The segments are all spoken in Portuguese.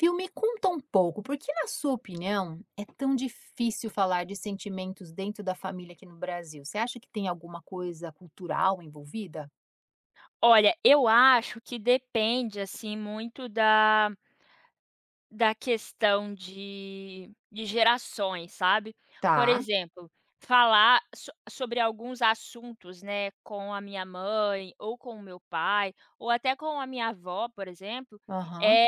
Viu, me conta um pouco, por que, na sua opinião, é tão difícil falar de sentimentos dentro da família aqui no Brasil? Você acha que tem alguma coisa cultural envolvida? Olha, eu acho que depende, assim, muito da questão de gerações, sabe. Por Tá. exemplo, falar sobre alguns assuntos, né, com a minha mãe ou com o meu pai, ou até com a minha avó, por exemplo, Aham. eh,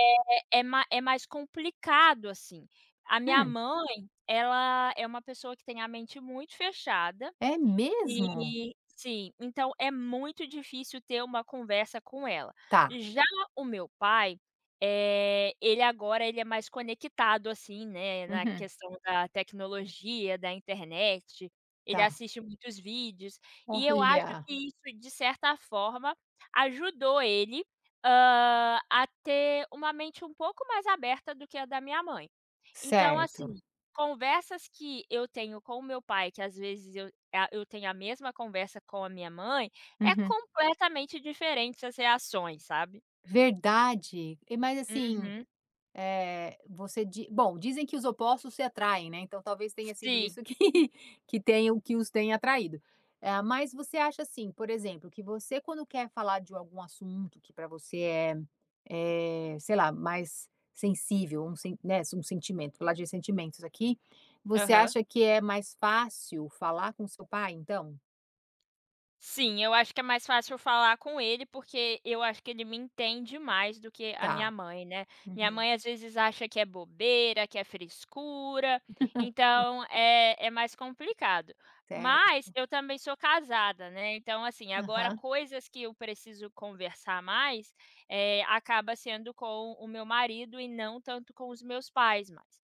é ma é mais complicado, assim. A minha Hum, mãe, ela é uma pessoa que tem a mente muito fechada, é mesmo? e sim, então é muito difícil ter uma conversa com ela. Tá. Já o meu pai, ele agora ele é mais conectado, assim, né, na Uhum, questão da tecnologia, da internet, ele tá. assiste muitos vídeos, e eu acho Olha, que isso, de certa forma, ajudou ele, a ter uma mente um pouco mais aberta do que a da minha mãe. Então, assim, certo. conversas que eu tenho com o meu pai, que às vezes eu tenho a mesma conversa com a minha mãe, é Uhum. completamente diferente as reações, sabe. Verdade. Mas assim, Uhum. Você di bom, dizem que os opostos se atraem, né, então talvez tenha sido Sim. isso que que tenha o que os tenha atraído. Mas você acha assim, por exemplo, que você quando quer falar de algum assunto que para você é sei lá, mais sensível, um sen né, um sentimento, falar de sentimentos aqui, você Aham. acha que é mais fácil falar com seu pai então? Sim, eu acho que é mais fácil eu falar com ele, porque eu acho que ele me entende mais do que a minha Tá. mãe, né. Minha Uhum. mãe às vezes acha que é bobeira, que é frescura, então é mais complicado. Certo. Mas eu também sou casada, né, então assim, agora Aham. coisas que eu preciso conversar mais, acaba sendo com o meu marido e não tanto com os meus pais mais.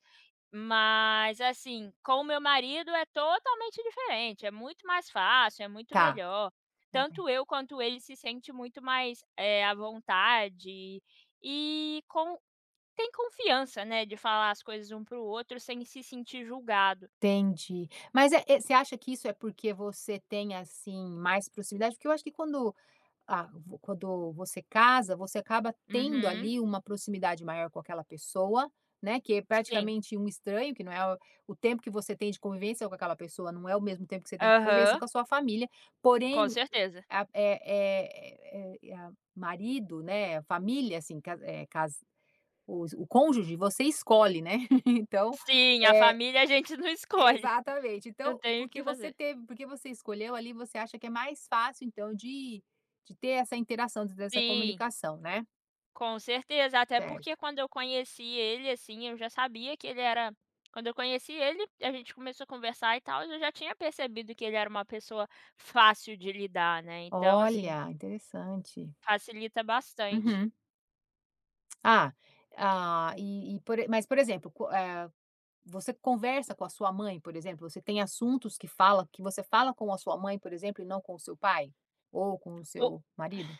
Mas, assim, com o meu marido é totalmente diferente, é muito mais fácil, é muito Tá. melhor. Ah, Tanto eu quanto ele se sente muito mais, à vontade e com tem confiança, né, de falar as coisas um para o outro sem se sentir julgado. entendi. Mas você acha que isso é porque você tem, assim, mais proximidade? Porque eu acho que quando ah, vo quando você casa, você acaba tendo Uhum, ali uma proximidade maior com aquela pessoa, né, que é sim. praticamente um estranho, que não é o tempo que você tem de convivência com aquela pessoa não é o mesmo tempo que você tem de convivência Aham, com a sua família, com porém, certeza. a é eh eh a marido, né, família, assim, ca eh, cas os o cônjuge, você escolhe, né, então. Sim, a eh família a gente não escolhe, Exatamente. não Então, tem o que fazer. Porque você escolheu ali, você acha que é mais fácil então de ter essa interação, de ter essa Sim. comunicação, né? Com certeza, até Certo. porque quando eu conheci ele, assim, eu já sabia que ele era quando eu conheci ele, a gente começou a conversar e tal, eu já tinha percebido que ele era uma pessoa fácil de lidar, né, então, assim, Olha, interessante. facilita bastante. Uhum. Ah, ah, e por e mas, por exemplo, você conversa com a sua mãe, por exemplo? Você tem assuntos que você fala com a sua mãe, por exemplo, e não com o seu pai? Ou com o Ho seu marido?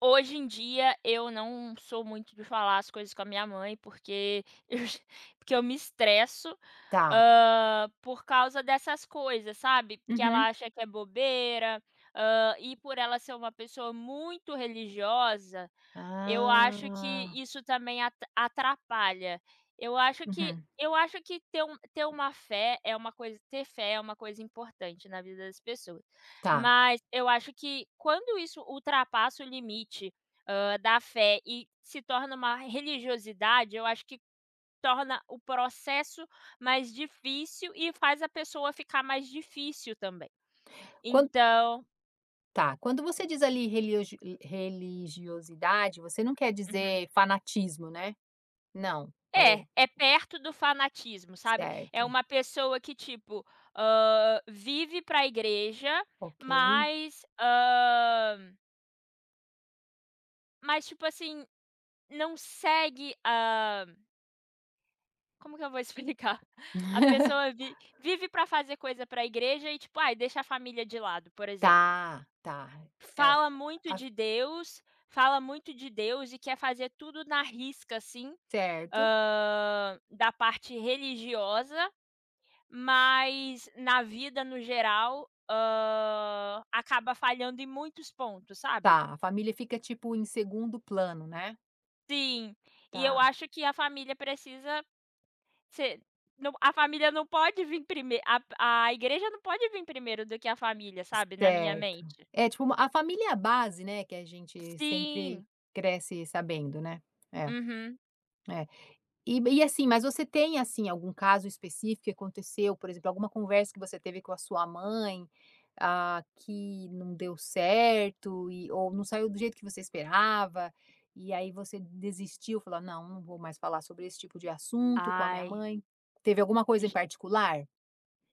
Hoje em dia, eu não sou muito de falar as coisas com a minha mãe, porque eu me estresso, Tá. Por causa dessas coisas, sabe, que ela Uhum. acha que é bobeira, e por ela ser uma pessoa muito religiosa. Eu acho que Ah. isso também atrapalha. Eu acho que Uhum. eu acho que ter fé é uma coisa importante na vida das pessoas, Tá. mas eu acho que quando isso ultrapassa o limite, da fé e se torna uma religiosidade, eu acho que torna o processo mais difícil e faz a pessoa ficar mais difícil também. Então. Tá, quando você diz ali religiosidade, você não quer Uhum. dizer fanatismo, né? Não. É, Oh, é perto do fanatismo, sabe. É certo, uma pessoa que, tipo, vive pra igreja, ok. mas, hã, mas tipo assim, não segue a como que eu vou explicar? A pessoa vi vive pra fazer coisa pra igreja e tipo: "Ai, deixa a família de lado", por exemplo. Tá, tá. É, Fala muito a de Deus fala muito de Deus e quer fazer tudo na risca, assim, certo. Da parte religiosa. Mas na vida no geral, acaba falhando em muitos pontos, sabe. Tá, a família fica, tipo, em segundo plano, né? Sim, e Tá, eu acho que a família precisa ser não, a família não pode vir primeiro. a igreja não pode vir primeiro do que a família, sabe, na minha certo. mente. É, tipo, uma a família é a base, né, que a gente sempre Sim, cresce sabendo, né? É, uhum. é. E assim, mas você tem, assim, algum caso específico que aconteceu, por exemplo, alguma conversa que você teve com a sua mãe, que não deu certo ou não saiu do jeito que você esperava, e aí você desistiu, falou: "Não, não vou mais falar sobre esse tipo de assunto com a minha Ai, mãe". Teve alguma j coisa em particular?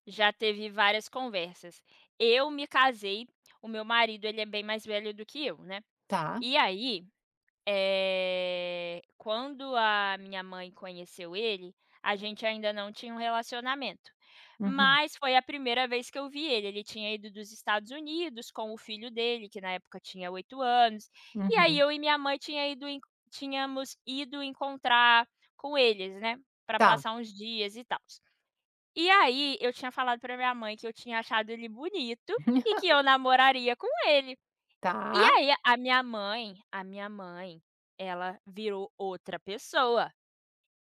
já teve várias conversas. Eu me casei, o meu marido ele é bem mais velho do que eu, né. Tá. E aí, quando a minha mãe conheceu ele, a gente ainda não tinha um relacionamento, Uhum, mas foi a primeira vez que eu vi ele. Ele tinha ido dos Estados Unidos com o filho dele, que na época tinha 8 anos, e aí uhum. eu e minha mãe tinha ido en tínhamos ido encontrar com eles, né, para Tá. passar uns dias e tal. E aí eu tinha falado para minha mãe que eu tinha achado ele bonito e que eu namoraria com ele. E Tá. aí a minha mãe, ela virou outra pessoa.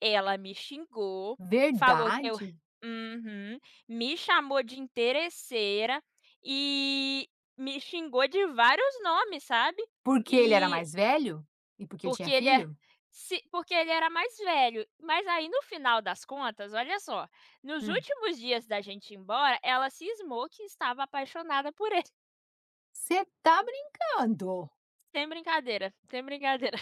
Ela me xingou, falou que eu Verdade? uhum, me chamou de interesseira e me xingou de vários nomes, sabe. Porque ele era E mais velho? E porque ele porque tinha ele é filho? se porque ele era mais velho. Mas aí no final das contas, olha só, nos Hum. últimos dias da gente ir embora, ela cismou que estava apaixonada por ele. Você tá brincando? Sem brincadeira, sem brincadeira.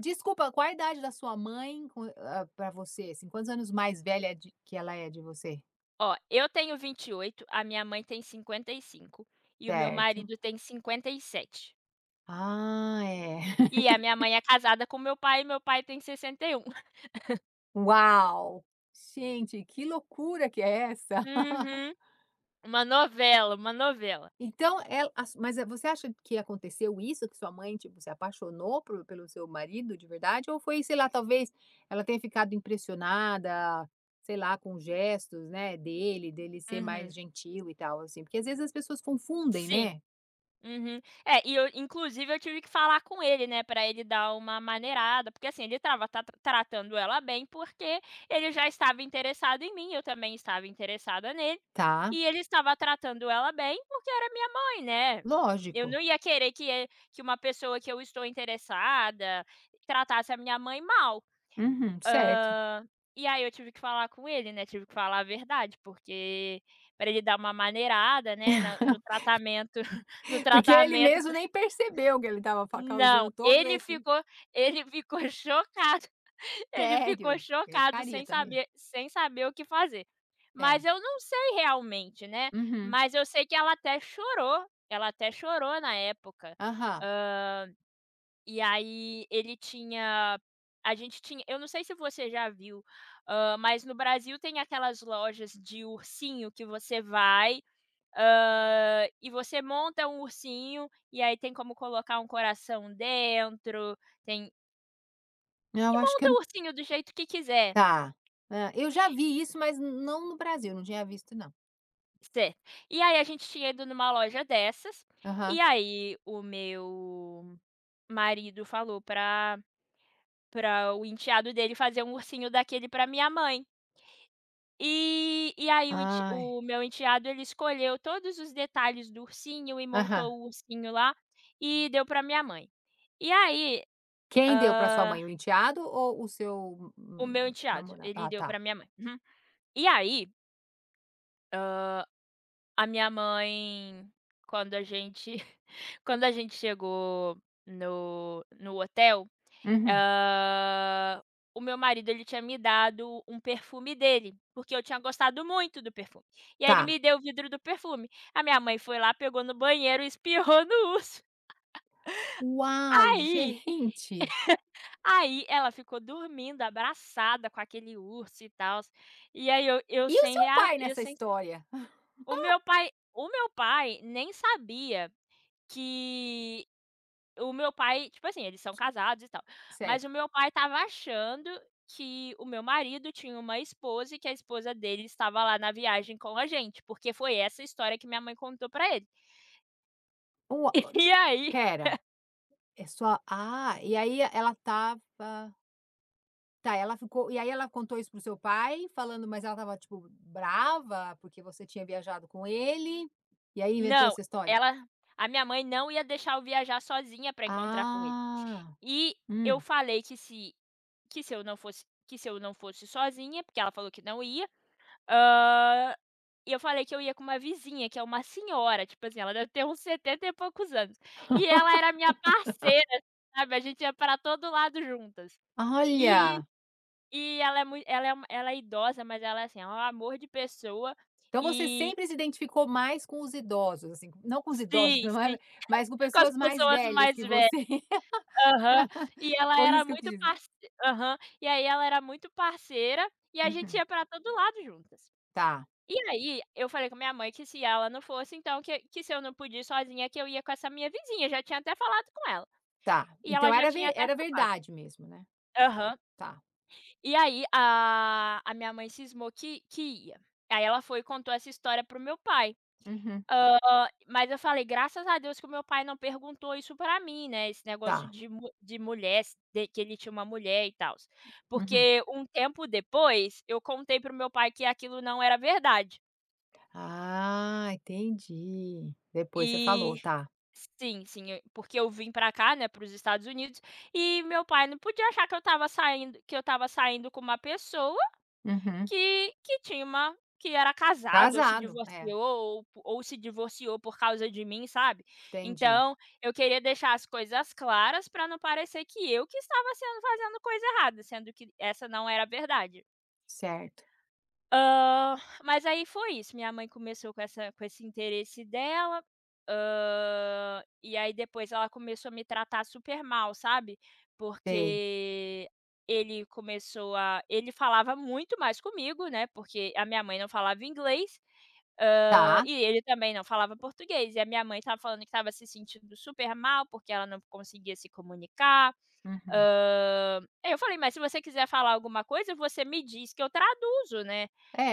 Desculpa, qual a idade da sua mãe pra você, assim, quantos anos mais velha de que ela é de você? Ó, eu tenho 28, a minha mãe tem 55 e o meu Certo. marido tem cinquenta e sete. Ah, é. E a minha mãe é casada com meu pai e meu pai tem 61. Uau! Gente, que loucura que é essa? Uhum. Uma novela, uma novela. Então ela a su mas eh, você acha que aconteceu isso, que sua mãe, tipo, se apaixonou por pelo seu marido de verdade ou foi, sei lá, talvez ela tenha ficado impressionada, sei lá, com gestos, né, dele, dele ser mais Uhum. gentil e tal, assim? Porque às vezes as pessoas confundem, Sim. né? Uhum. É, e eu inclusive eu tive que falar com ele, né, pra ele dar uma maneirada, porque assim, ele estava tratando ela bem, porque ele já estava interessado em mim, eu também estava interessada nele, Tá, e ele estava tratando ela bem, porque era minha mãe, né. Eu lógico. não ia querer que uma pessoa que eu estou interessada tratasse a minha mãe mal. Uhum, certo. Hã, e aí eu tive que falar com ele, né, tive que falar a verdade, porque pra ele dar uma maneirada, né, na no tratamento no Porque ele tratamento mesmo por nem percebeu que ele estava não, causando todo ele esse. ficou ele ficou chocado, ele ficou Sério, eu chocado ficaria sem também. saber sem saber o que fazer. É. Mas eu não sei realmente, né, Uhum. mas eu sei que ela até chorou na época. Aham. Hã e aí ele tinha a gente tinha eu não sei se você já viu, mas no Brasil tem aquelas lojas de ursinho que você vai, e você monta um ursinho, e aí tem como colocar um coração dentro, tem eu e acho que monta eu o ursinho do jeito que quiser Tá. Eu já vi isso, mas não no Brasil, não tinha visto não. ser. E aí a gente tinha ido numa loja dessas, Aham. e aí o meu marido falou pra o enteado dele fazer um ursinho daquele pra minha mãe. E aí Ai. o meu enteado, ele escolheu todos os detalhes do ursinho e montou Aham. o ursinho lá, e deu para minha mãe. E aí, Quem deu para sua hã, mãe, o enteado ou o seu o meu enteado, namorado? ele Ah, deu tá. para minha mãe. Uhum. E aí, hã, a minha mãe, quando a gente quando a gente chegou no hotel. Uhum. Hã, o meu marido, ele tinha me dado um perfume dele, porque eu tinha gostado muito do perfume. E aí ele Tá. me deu o vidro do perfume. A minha mãe foi lá, pegou no banheiro e espirrou no urso. Uau, Aí gente! aí ela ficou dormindo abraçada com aquele urso e tal. E aí eu E o sem seu rea pai eu nessa sem história? o meu pai nem sabia que. O meu pai tipo assim, eles são casados e tal, mas Certo. o meu pai estava achando que o meu marido tinha uma esposa e que a esposa dele estava lá na viagem com a gente, porque foi essa história que minha mãe contou pra ele. Ua E aí Espera. E aí ela ficou e aí ela contou isso pro seu pai falando mas ela estava, tipo, brava porque você tinha viajado com ele, e aí inventou não, essa história? ela a minha mãe não ia deixar eu viajar sozinha pra encontrar com ele. Ah, E eu hum. falei que se eu não fosse que se eu não fosse sozinha, porque ela falou que não ia. E eu falei que eu ia com uma vizinha, que é uma senhora, tipo assim, ela deve ter uns 70 e poucos anos. E ela era minha parceira, sabe, a gente ia para todo lado juntas. E Olha, e ela é idosa, mas ela é assim, é um amor de pessoa, então você e sempre se identificou mais com os idosos, assim, não com os idosos, sim, não é, sim, mas com com as pessoas mais pessoas velhas mais que velhas. você. Aham. E ela Foi era isso que eu quis muito dizer. parce aham. E aí ela era muito parceira, e a gente Uhum. ia para todo lado juntas. Tá, E aí, eu falei com minha mãe que se ela não fosse, então que se eu não podia ir sozinha, que eu ia com essa minha vizinha, já tinha até falado com ela, tá. e Então ela já tinha até era topado. verdade mesmo, né. Aham. Tá. E aí a minha mãe cismou que ia. Aí ela foi e contou essa história pro meu pai. Uhum. Ah, mas eu falei: "Graças a Deus que o meu pai não perguntou isso para mim, né, esse negócio Tá. De mulher, de que ele tinha uma mulher e tal". Uhum. Porque um tempo depois, eu contei pro meu pai que aquilo não era verdade. Ah, entendi. Depois você falou, E. tá. Sim, sim, eu porque eu vim pra cá, né, para os Estados Unidos, e meu pai não podia achar que eu estava saindo com uma pessoa Uhum. que tinha uma que era casado ou se Casado, é, divorciou ou se divorciou por causa de mim, sabe. entendi. Então, eu queria deixar as coisas claras pra não parecer que estava sendo fazendo coisa errada, sendo que essa não era a verdade. Certo. Hã, mas aí foi isso, minha mãe começou com esse interesse dela, e aí depois ela começou a me tratar super mal, sabe, Sei. porque ele começou a ele falava muito mais comigo, né, porque a minha mãe não falava inglês, Tá. e ele também não falava português, e a minha mãe estava falando que estava se sentindo super mal, porque ela não conseguia se comunicar, Uhum. hã, eu falei: "Mas se você quiser falar alguma coisa, você me diz que eu traduzo, né". É,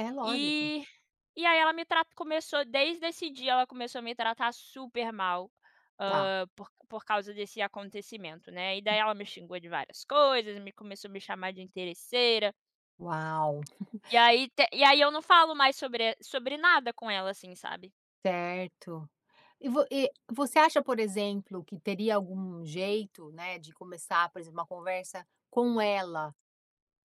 é lógico. E e aí ela me tra começou desde esse dia ela começou a me tratar super mal, Tá. Por causa desse acontecimento, né. E daí ela me xingou de várias coisas, me começou a me chamar de interesseira, Uau, e aí eu não falo mais sobre nada com ela, assim, sabe. certo. E você acha, por exemplo, que teria algum jeito, né, de começar, por exemplo, uma conversa com ela?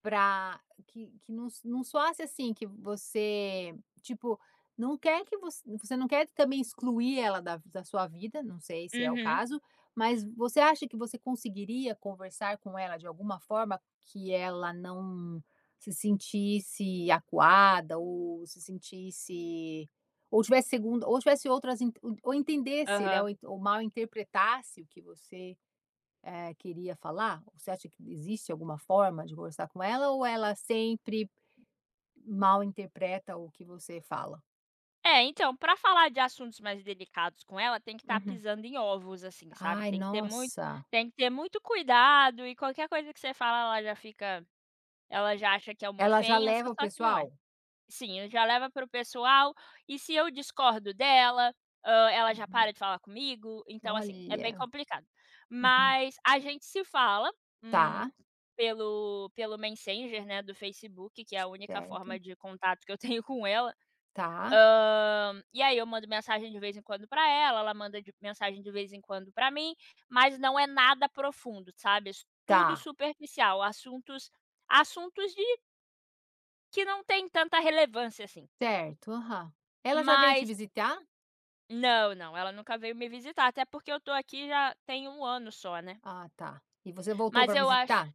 Pra que não soasse assim que você, tipo, não quer que você não quer também excluir ela da sua vida, não sei se é o Uhum. caso, mas você acha que você conseguiria conversar com ela de alguma forma que ela não se sentisse acuada ou se sentisse ou tivesse segunda ou tivesse outras in ou entendesse, né, Aham. Ou mal interpretasse o que você queria falar? Você acha que existe alguma forma de conversar com ela ou ela sempre mal interpreta o que você fala? É, então, pra falar de assuntos mais delicados com ela, tem que estar Uhum. pisando em ovos, assim, sabe. Ai, Tem que ter muito nossa. tem que ter muito cuidado e qualquer coisa que você fala, ela já acha que é uma Ela já ofensa, leva o só que não é. pessoal? Sim, eu já levo para o pessoal, e se eu discordo dela, ela já Uhum. para de falar comigo, então assim, é bem Olha. complicado. Uhum. Mas a gente se fala, hum, Tá, pelo Messenger, né, do Facebook, que é a única certo. forma de contato que eu tenho com ela, Tá, e aí eu mando mensagem de vez em quando para ela, ela manda de mensagem de vez em quando para mim, mas não é nada profundo, sabe, s tudo tá, superficial, assuntos de que não tem tanta relevância assim. certo. Aham. Ela já veio te Mas. visitar? Não, não, ela nunca veio me visitar, até porque eu tô aqui já tem um ano só, né. Ah, tá. E você voltou Mas para eu acho. visitar?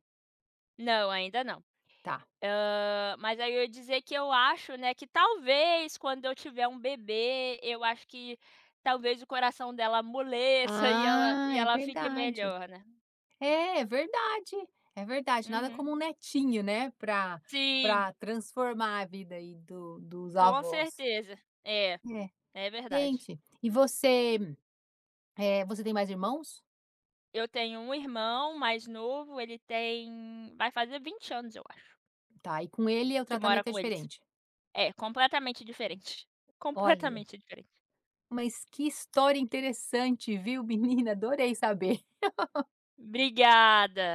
Não, ainda não. Tá. Mas aí eu ia dizer que eu acho, né, que talvez quando eu tiver um bebê, eu acho que talvez o coração dela amoleça e ela Ah, e é ela fique verdade. melhor, né. É, é verdade, é verdade. Nada Uhum. como um netinho, né, pra Sim, pra transformar a vida aí do dos com avós. certeza. É, É. é verdade. Gente, e você, você tem mais irmãos? Eu tenho um irmão mais novo, ele tem vai fazer 20 anos, eu acho, Tá, e com ele o que mora tratamento é com eles. diferente. É, completamente diferente. Olha, Completamente diferente. mas que história interessante, viu, menina? Adorei saber. Obrigada.